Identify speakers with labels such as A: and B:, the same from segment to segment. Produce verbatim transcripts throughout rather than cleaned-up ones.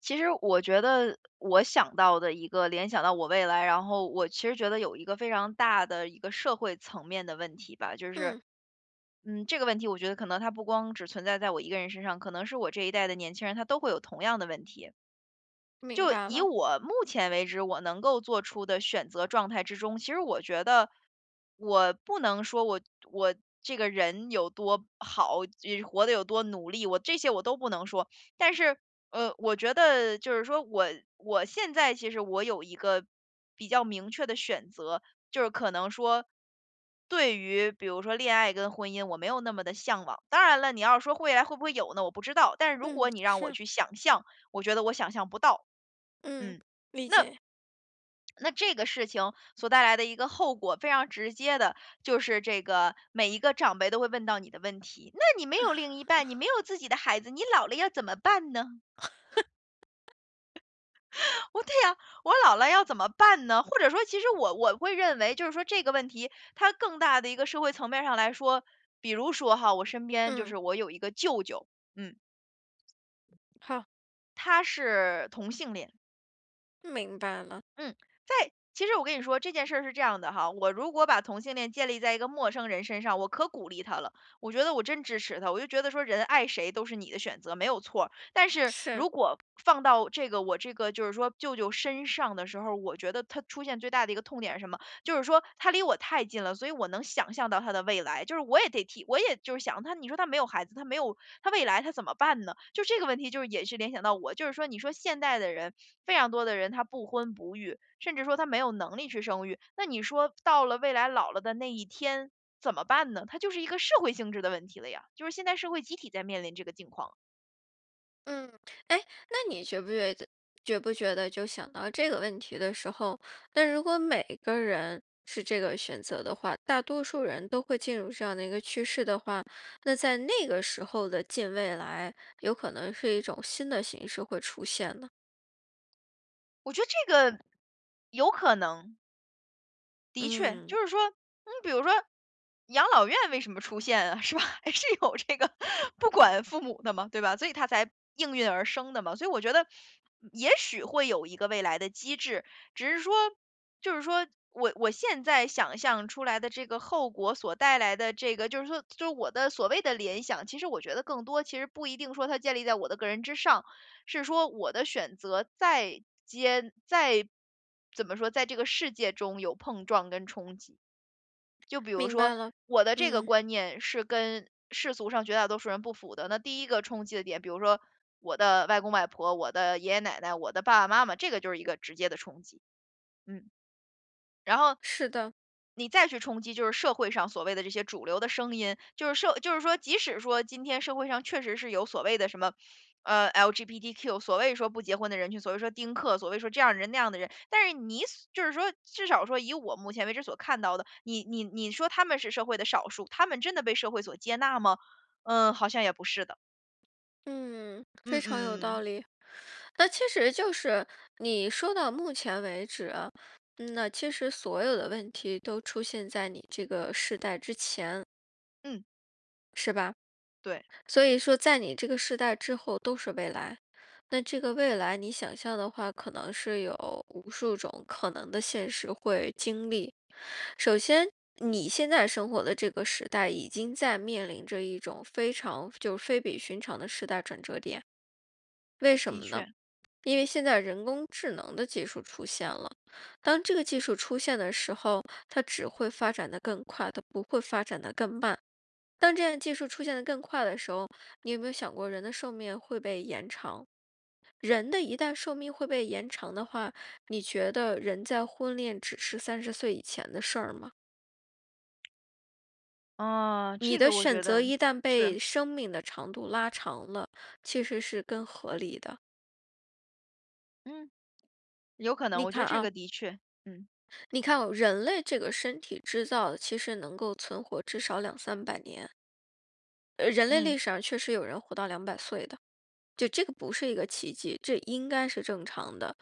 A: 其实我觉得我想到的一个联想到我未来，然后我其实觉得有一个非常大的一个社会层面的问题吧，就是，
B: 嗯，
A: 嗯，这个问题我觉得可能它不光只存在在我一个人身上，可能是我这一代的年轻人他都会有同样的问题。
B: 明
A: 就
B: 白
A: 以
B: 了。
A: 我目前为止我能够做出的选择状态之中，其实我觉得我不能说我我这个人有多好，也活得有多努力，我这些我都不能说。但是，呃，我觉得就是说我我现在其实我有一个比较明确的选择，就是可能说。对于比如说恋爱跟婚姻，我没有那么的向往。当然了，你要是说未来会不会有呢？我不知道。但是如
B: 嗯，
A: 果你让我
B: 是，
A: 去想象，我觉得我想象不到。
B: 嗯，
A: 嗯，
B: 理
A: 那
B: 解。
A: 那这个事情所带来的一个后果非常直接的，就是这个每一个长辈都会问到你的问题。那你没
B: 啊
A: 有另一半，你没有自己的孩子，你老了要怎么办呢？我对呀、我老了要怎么办呢？或者说，其实我我会认为，就是说这个问题，它更大的一个社会层面上来说，比如说哈，我身边就
B: 嗯，
A: 是我有一个舅舅，嗯，
B: 好，
A: 他是同性恋。
B: 明白了。
A: 嗯，在其实我跟你说这件事儿是这样的哈，我如果把同性恋建立在一个陌生人身上，我可鼓励他了，我觉得我真支持他，我就觉得说人爱谁都是你的选择，没有错儿。但是
B: 是，
A: 如果放到这个我这个就是说舅舅身上的时候，我觉得他出现最大的一个痛点是什么？就是说他离我太近了，所以我能想象到他的未来，就是我也得替，我也就是想他，你说他没有孩子，他没有他未来他怎么办呢？就这个问题，就是也是联想到我，就是说，你说现代的人，非常多的人他不婚不育，甚至说他没有能力去生育，那你说到了未来老了的那一天怎么办呢？它就是一个社会性质的问题了呀，就是现在社会集体在面临这个境况，
B: 嗯，哎，那你觉不觉得觉不觉得就想到这个问题的时候，那如果每个人是这个选择的话，大多数人都会进入这样的一个趋势的话，那在那个时候的近未来，有可能是一种新的形式会出现呢？
A: 我觉得这个有可能的确，
B: 嗯，
A: 就是说，嗯，比如说养老院为什么出现啊，是吧？还是有这个不管父母的嘛，对吧？所以它才应运而生的嘛。所以我觉得，也许会有一个未来的机制，只是说，就是说我我现在想象出来的这个后果所带来的这个，就是说，就是我的所谓的联想，其实我觉得更多其实不一定说它建立在我的个人之上，是说我的选择在接在，怎么说，在这个世界中有碰撞跟冲击。就比如
B: 明
A: 说
B: 白了。
A: 我的这个
B: 嗯，
A: 观念是跟世俗上绝大多数人不符的，那第一个冲击的点，比如说我的外公外婆、我的爷爷奶奶、我的爸爸妈妈，这个就是一个直接的冲击。嗯。然后
B: 是的，
A: 你再去冲击，就是社会上所谓的这些主流的声音，就是社就是说，即使说今天社会上确实是有所谓的什么，呃，L G B T Q,所谓说不结婚的人群，所谓说丁克，所谓说这样的人那样的人，但是你所就是说，至少说以我目前为止所看到的，你你你说他们是社会的少数，他们真的被社会所接纳吗？嗯，好像也不是的。
B: 嗯，非
A: 嗯
B: 常有道
A: 嗯
B: 理。那其实就是你说到目前为止啊嗯，那其实所有的问题都出现在你这个世代之前，
A: 嗯，
B: 是吧？
A: 对，
B: 所以说，在你这个世代之后都是未来。那这个未来，你想象的话，可能是有无数种可能的现实会经历。首先，你现在生活的这个时代已经在面临着一种非常就是非比寻常的时代转折点。为什
A: 的
B: 么呢？
A: 确，
B: 因为现在人工智能的技术出现了，当这个技术出现的时候，它只会发展的更快，它不会发展的更慢。当这样技术出现的更快的时候，你有没有想过人的寿命会被延长？人的一旦寿命会被延长的话，你觉得人在婚恋只是三十岁以前的事儿吗？
A: 啊，
B: 你
A: 这
B: 的
A: 个我
B: 选
A: 觉
B: 择
A: 得
B: 一旦
A: 是，
B: 被生命的长度拉长了，其实是更合理的。
A: 嗯，有可能，
B: 你
A: 我觉得
B: 看
A: 这
B: 啊，
A: 个的确，嗯。
B: 你看哦，人类这个身体制造的其实能够存活至少两三百年，呃，人类
A: 嗯，
B: 历史上确实有人活到两百岁的，就这个不是一个奇迹，这应该是正常的。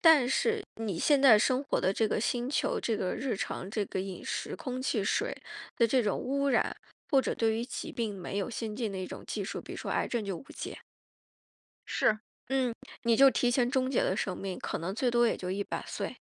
B: 但是你现在生活的这个星球，这个日常这个饮食、空气、水的这种污染，或者对于疾病没有先进的一种技术，比如说癌症就无解，
A: 是，
B: 嗯，你就提前终结了生命，可能最多也就一百岁。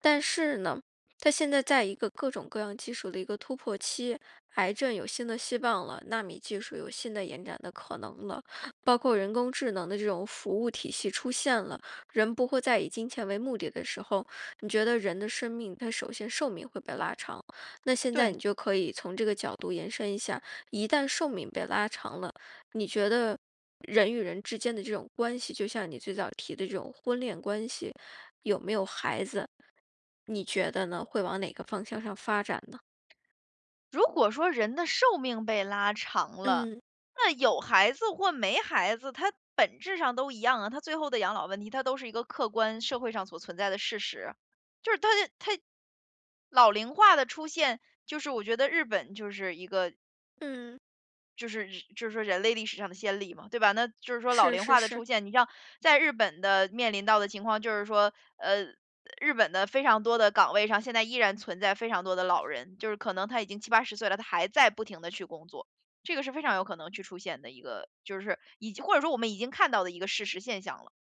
B: 但是呢，它现在在一个各种各样技术的一个突破期，癌症有新的希望了，纳米技术有新的延展的可能了，包括人工智能的这种服务体系出现了，人不会再以金钱为目的的时候，你觉得人的生命它首先寿命会被拉长，那现在
A: 对。
B: 你就可以从这个角度延伸一下，一旦寿命被拉长了，你觉得？人与人之间的这种关系，就像你最早提的这种婚恋关系，有没有孩子，你觉得呢？会往哪个方向上发展呢？
A: 如果说人的寿命被拉长了，
B: 嗯
A: 那有孩子或没孩子，它本质上都一样啊，它最后的养老问题，它都是一个客观社会上所存在的事实。就是它它老龄化的出现，就是我觉得日本就是一个
B: 嗯，
A: 就是日就是说人类历史上的先例嘛，对吧？那就是说老
B: 是
A: 龄
B: 是
A: 化的
B: 是，
A: 出现，你像在日本的面临到的情况就是说，呃，日本的非常多的岗位上，现在依然存在非常多的老人，就是可能他已经七八十岁了，他还在不停的去工作，这个是非常有可能去出现的一个，就是已经或者说我们已经看到的一个事实现象了，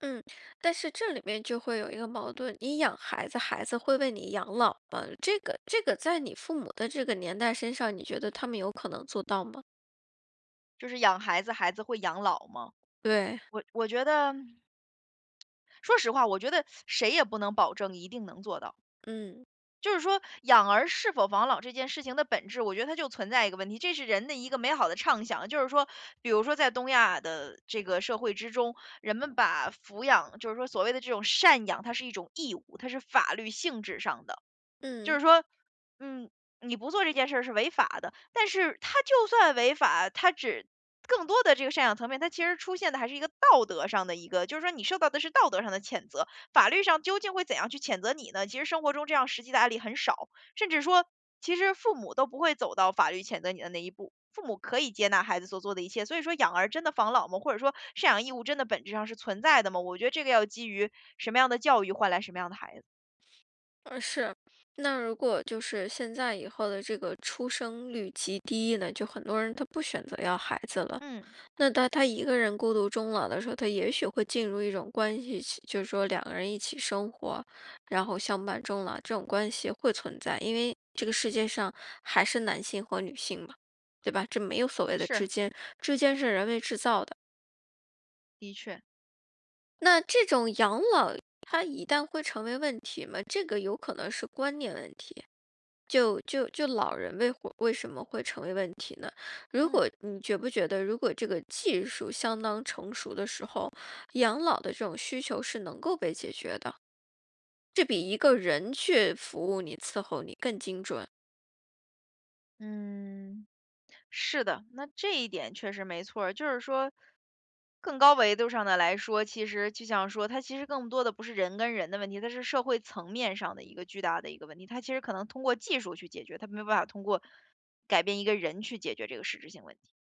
B: 嗯，但是这里面就会有一个矛盾，你养孩子，孩子会为你养老吗？这个这个在你父母的这个年代身上，你觉得他们有可能做到吗？
A: 就是养孩子，孩子会养老吗？
B: 对，
A: 我我觉得，说实话，我觉得谁也不能保证一定能做到。
B: 嗯
A: 就是说养儿是否防老这件事情的本质，我觉得它就存在一个问题，这是人的一个美好的畅想。就是说，比如说在东亚的这个社会之中，人们把抚养，就是说所谓的这种赡养，它是一种义务，它是法律性质上的。就
B: 嗯，
A: 是说，嗯，你不做这件事儿是违法的，但是它就算违法，它只更多的这个赡养层面，它其实出现的还是一个道德上的一个，就是说你受到的是道德上的谴责，法律上究竟会怎样去谴责你呢？其实生活中这样实际的案例很少，甚至说，其实父母都不会走到法律谴责你的那一步。父母可以接纳孩子所做的一切，所以说养儿真的防老吗？或者说赡养义务真的本质上是存在的吗？我觉得这个要基于什么样的教育换来什么样的孩子。
B: 呃是。那如果就是现在以后的这个出生率极低呢，就很多人他不选择要孩子了。
A: 嗯，
B: 那当他一个人孤独终老的时候，他也许会进入一种关系起就是说两个人一起生活，然后相伴终老这种关系会存在，因为这个世界上还是男性和女性嘛，对吧？这没有所谓的
A: 是，
B: 之间，之间是人为制造的。
A: 的确。
B: 那这种养老，它一旦会成为问题吗？这个有可能是观念问题。就就就老人为会为什么会成为问题呢？如
A: 嗯
B: 果你觉不觉得，如果这个技术相当成熟的时候，养老的这种需求是能够被解决的，这比一个人去服务你、伺候你更精准。
A: 嗯，是的，那这一点确实没错儿。就是说，更高维度上的来说，其实就像说，它其实更多的不是人跟人的问题，它是社会层面上的一个巨大的一个问题。它其实可能通过技术去解决，它没有办法通过改变一个人去解决这个实质性问题。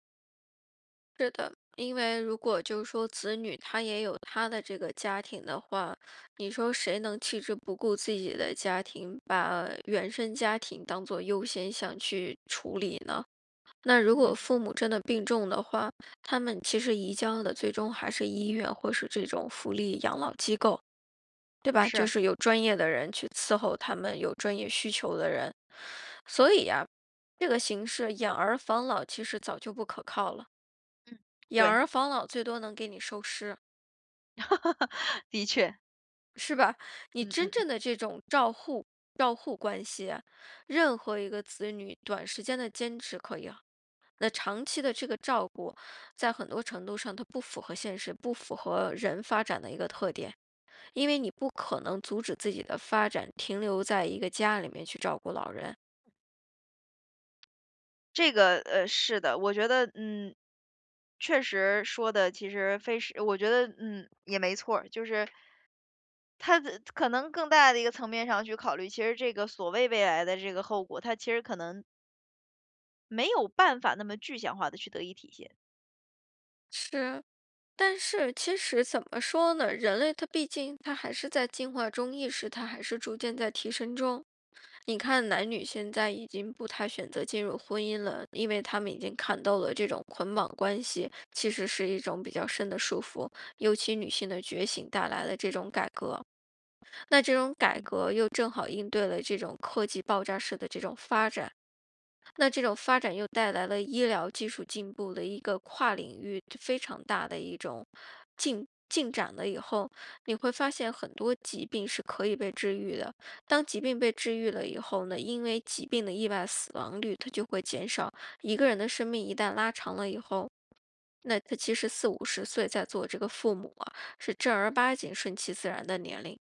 B: 是的，因为如果就是说子女他也有他的这个家庭的话，你说谁能弃之不顾自己的家庭，把原生家庭当做优先项去处理呢？那如果
A: 嗯，
B: 父母真的病重的话，他们其实移交的最终还是医院或是这种福利养老机构，对吧？就
A: 是，
B: 是有专业的人去伺候他们，有专业需求的人。所以呀，这个形式养儿防老其实早就不可靠了。养
A: 对，
B: 儿防老最多能给你收尸，
A: 的确，
B: 是吧？你
A: 嗯
B: 真
A: 嗯嗯
B: 正的这种照护照护关系啊任何一个子女短时间的坚持可以，那长期的这个照顾，在很多程度上它不符合现实，不符合人发展的一个特点，因为你不可能阻止自己的发展停留在一个家里面去照顾老人。
A: 这个呃是的，我觉得嗯，确实说的其实非是，我觉得嗯也没错儿，就是它的可能更大的一个层面上去考虑，其实这个所谓未来的这个后果，它其实可能没有办法那么具象化的去得以体现，
B: 是，但是其实怎么说呢？人类它毕竟它还是在进化中，意识它还是逐渐在提升中。你看，男女现在已经不太选择进入婚姻了，因为他们已经看到了这种捆绑关系其实是一种比较深的束缚，尤其女性的觉醒带来了这种改革，那这种改革又正好应对了这种科技爆炸式的这种发展，那这种发展又带来了医疗技术进步的一个跨领域非常大的一种进进展了以后，你会发现很多疾病是可以被治愈的。当疾病被治愈了以后呢，因为疾病的意外死亡率它就会减少。一个人的生命一旦拉长了以后，那他其实四五十岁在做这个父母啊，是正儿八经顺其自然的年龄。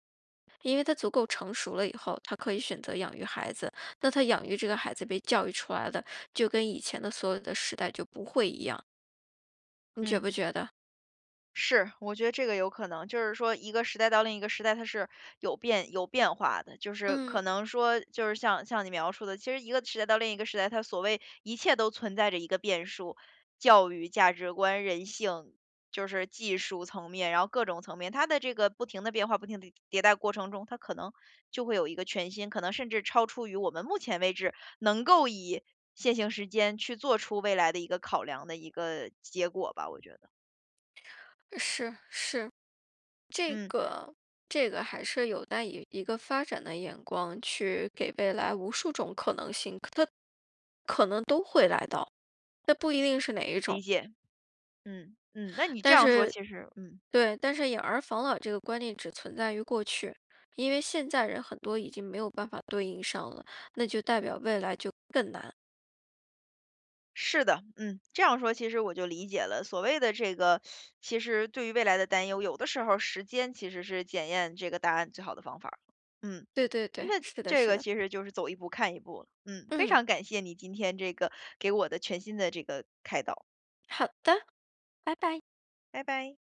B: 因为他足够成熟了以后，他可以选择养育孩子。那他养育这个孩子被教育出来的，就跟以前的所有的时代就不会一样，你觉
A: 嗯。
B: 不觉得？
A: 是，我觉得这个有可能，就是说一个时代到另一个时代，它是有变有变化的，就是可
B: 嗯，
A: 能说，就是像像你描述的，其实一个时代到另一个时代，它所谓一切都存在着一个变数，教育、价值观、人性，就是技术层面，然后各种层面，它的这个不停的变化、不停的迭代过程中，它可能就会有一个全新，可能甚至超出于我们目前为止能够以现行时间去做出未来的一个考量的一个结果吧，我觉得，
B: 是是，这
A: 嗯，
B: 个这个还是有待以一个发展的眼光去给未来无数种可能性，它可能都会来到，那不一定是哪一种。
A: 理解。嗯嗯，那你这
B: 但
A: 样说
B: 是
A: 其实嗯，
B: 对，但是养儿防老这个观念只存在于过去，因为现在人很多已经没有办法对应上了，那就代表未来就更难。
A: 是的，嗯，这样说其实我就理解了。所谓的这个，其实对于未来的担忧，有的时候时间其实是检验这个答案最好的方法儿嗯，
B: 对对对，
A: 那
B: 是的，
A: 这
B: 是
A: 个
B: 的。
A: 其实就是走一步看一步了。嗯，非
B: 嗯，
A: 常感谢你今天这个给我的全新的这个开导，
B: 好的，拜拜。
A: 拜拜。